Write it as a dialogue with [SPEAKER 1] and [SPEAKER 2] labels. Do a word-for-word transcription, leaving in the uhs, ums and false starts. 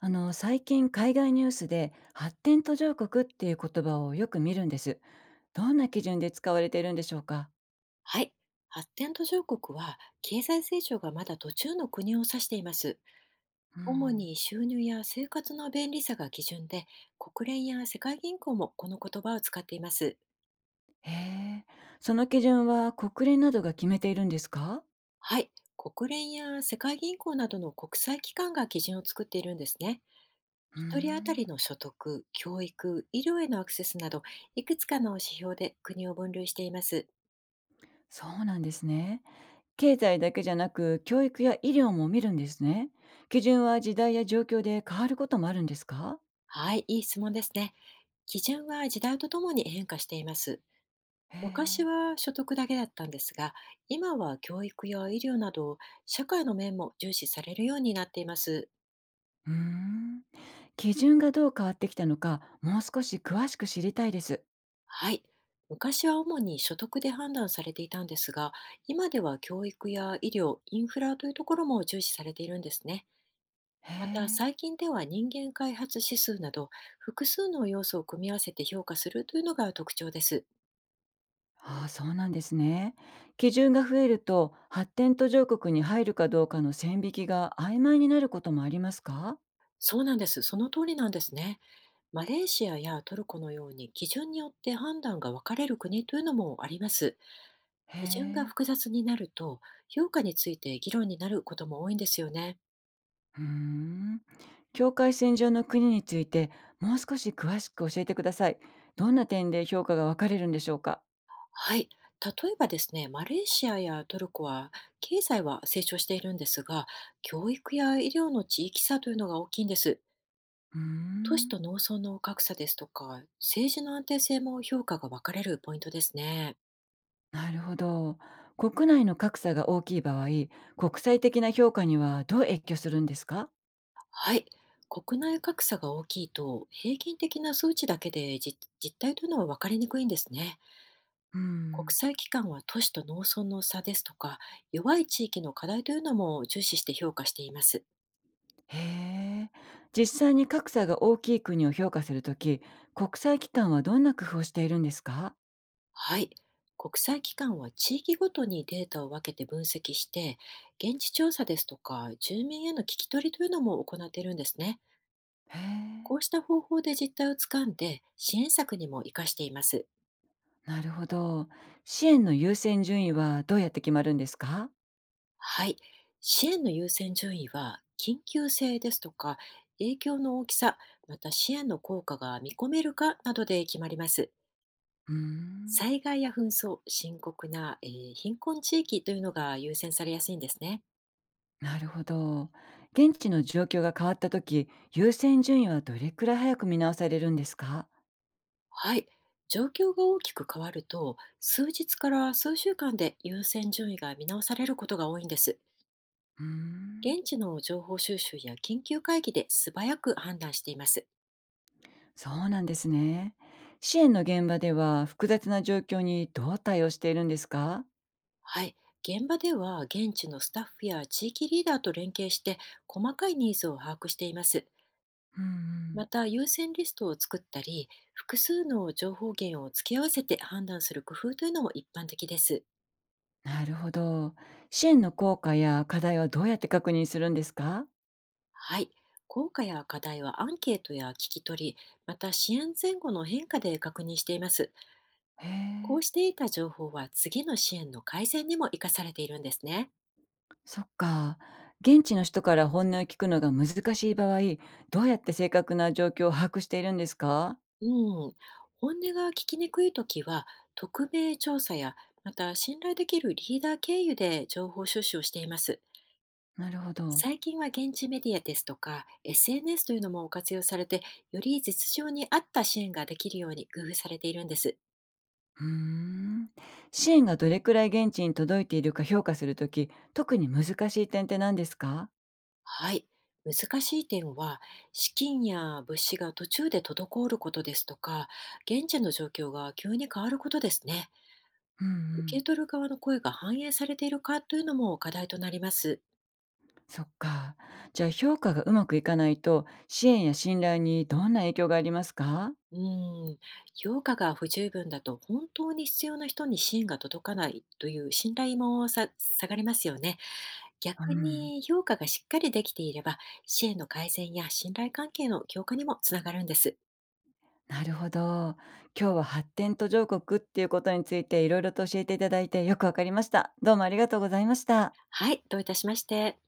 [SPEAKER 1] あの最近海外ニュースで発展途上国っていう言葉をよく見るんです。どんな基準で使われているんでしょうか。
[SPEAKER 2] はい。発展途上国は経済成長がまだ途中の国を指しています。
[SPEAKER 1] う
[SPEAKER 2] 主
[SPEAKER 1] ん。
[SPEAKER 2] に収入や生活の便利さが基準で、国連や世界銀行もこの言葉を使っています。
[SPEAKER 1] へえ。その基準は国連などが決めているんですか。
[SPEAKER 2] はい。国連や世界銀行などの国際機関が基準を作っているんですね。
[SPEAKER 1] う
[SPEAKER 2] 一人当た
[SPEAKER 1] ん。
[SPEAKER 2] りの所得、教育、医療へのアクセスなど、いくつかの指標で国を分類しています。
[SPEAKER 1] そうなんですね。経済だけじゃなく教育や医療も見るんですね。基準は時代や状況で変わることもあるんですか。
[SPEAKER 2] はい、いい質問ですね。基準は時代とともに変化しています。
[SPEAKER 1] へ
[SPEAKER 2] 昔
[SPEAKER 1] え。
[SPEAKER 2] は所得だけだったんですが、今は教育や医療など社会の面も重視されるようになっています。
[SPEAKER 1] うん。基準がどう変わってきたのか、もう少し詳しく知りたいです。
[SPEAKER 2] はい。昔は主に所得で判断されていたんですが、今では教育や医療、インフラというところも重視されているんですね。
[SPEAKER 1] へ
[SPEAKER 2] また
[SPEAKER 1] え。
[SPEAKER 2] 最近では人間開発指数など複数の要素を組み合わせて評価するというのが特徴です。
[SPEAKER 1] ああ、そうなんですね。基準が増えると、発展途上国に入るかどうかの線引きが曖昧になることもありますか？
[SPEAKER 2] そうなんです。その通りなんですね。マレーシアやトルコのように基準によって判断が分かれる国というのもあります。
[SPEAKER 1] へ
[SPEAKER 2] 基準が
[SPEAKER 1] え。
[SPEAKER 2] 複雑になると、評価について議論になることも多いんですよね。
[SPEAKER 1] うーん。境界線上の国について、もう少し詳しく教えてください。どんな点で評価が分かれるんでしょうか？
[SPEAKER 2] はい。例えばですね、マレーシアやトルコは経済は成長しているんですが、教育や医療の地域差というのが大きいんです。
[SPEAKER 1] うー
[SPEAKER 2] 都市
[SPEAKER 1] ん。
[SPEAKER 2] と農村の格差ですとか、政治の安定性も評価が分かれるポイントですね。
[SPEAKER 1] なるほど。国内の格差が大きい場合、国際的な評価にはどう影響するんですか？
[SPEAKER 2] はい。国内格差が大きいと、平均的な数値だけで実実態というのは分かりにくいんですね。
[SPEAKER 1] う
[SPEAKER 2] 国
[SPEAKER 1] ん。
[SPEAKER 2] 際機関は都市と農村の差ですとか、弱い地域の課題というのも重視して評価しています。
[SPEAKER 1] へえ。実際に格差が大きい国を評価するとき、国際機関はどんな工夫をしているんですか？
[SPEAKER 2] はい。国際機関は地域ごとにデータを分けて分析して、現地調査ですとか、住民への聞き取りというのも行っているんですね。
[SPEAKER 1] へ
[SPEAKER 2] こ
[SPEAKER 1] え。
[SPEAKER 2] うした方法で実態をつかんで、支援策にも活かしています。
[SPEAKER 1] なるほど。支援の優先順位はどうやって決まるんですか？
[SPEAKER 2] はい。支援の優先順位は、緊急性ですとか、影響の大きさ、また支援の効果が見込めるかなどで決まります。
[SPEAKER 1] うーん。
[SPEAKER 2] 災害や紛争、深刻な、えー貧困地域というのが優先されやすいんですね。
[SPEAKER 1] なるほど。現地の状況が変わったとき、優先順位はどれくらい早く見直されるんですか？
[SPEAKER 2] はい。状況が大きく変わると、数日から数週間で優先順位が見直されることが多いんです。
[SPEAKER 1] うーん。
[SPEAKER 2] 現地の情報収集や緊急会議で素早く判断しています。
[SPEAKER 1] そうなんですね。支援の現場では複雑な状況にどう対応しているんですか？
[SPEAKER 2] はい。現場では現地のスタッフや地域リーダーと連携して細かいニーズを把握しています。
[SPEAKER 1] うんう
[SPEAKER 2] ま
[SPEAKER 1] ん。
[SPEAKER 2] た、優先リストを作ったり、複数の情報源を付け合わせて判断する工夫というのも一般的です。
[SPEAKER 1] なるほど。支援の効果や課題はどうやって確認するんですか？
[SPEAKER 2] はい。効果や課題はアンケートや聞き取り、また支援前後の変化で確認しています。
[SPEAKER 1] へ
[SPEAKER 2] こ
[SPEAKER 1] え、
[SPEAKER 2] うして得た情報は次の支援の改善にも生かされているんですね。
[SPEAKER 1] そっか。現地の人から本音を聞くのが難しい場合、どうやって正確な状況を把握しているんですか？
[SPEAKER 2] うん。本音が聞きにくいときは、匿名調査や、また信頼できるリーダー経由で情報収集をしています。
[SPEAKER 1] なるほど。
[SPEAKER 2] 最近は現地メディアですとか エスエヌエス というのも活用されて、より実情に合った支援ができるように工夫されているんです。
[SPEAKER 1] うーん。支援がどれくらい現地に届いているか評価するとき、特に難しい点って何ですか？
[SPEAKER 2] はい。難しい点は資金や物資が途中で滞ることですとか、現地の状況が急に変わることですね。
[SPEAKER 1] うんう
[SPEAKER 2] 受け
[SPEAKER 1] ん。
[SPEAKER 2] 取る側の声が反映されているかというのも課題となります。
[SPEAKER 1] そっか。じゃあ評価がうまくいかないと、支援や信頼にどんな影響がありますか？
[SPEAKER 2] うん、評価が不十分だと本当に必要な人に支援が届かないという信頼もさ下がりますよね。
[SPEAKER 1] う
[SPEAKER 2] 逆
[SPEAKER 1] ん。
[SPEAKER 2] に評価がしっかりできていれば、支援の改善や信頼関係の強化にもつながるんです。
[SPEAKER 1] なるほど。今日は発展途上国っていうことについていろいろと教えていただいてよくわかりました。どうもありがとうございました。
[SPEAKER 2] はい、どういたしまして。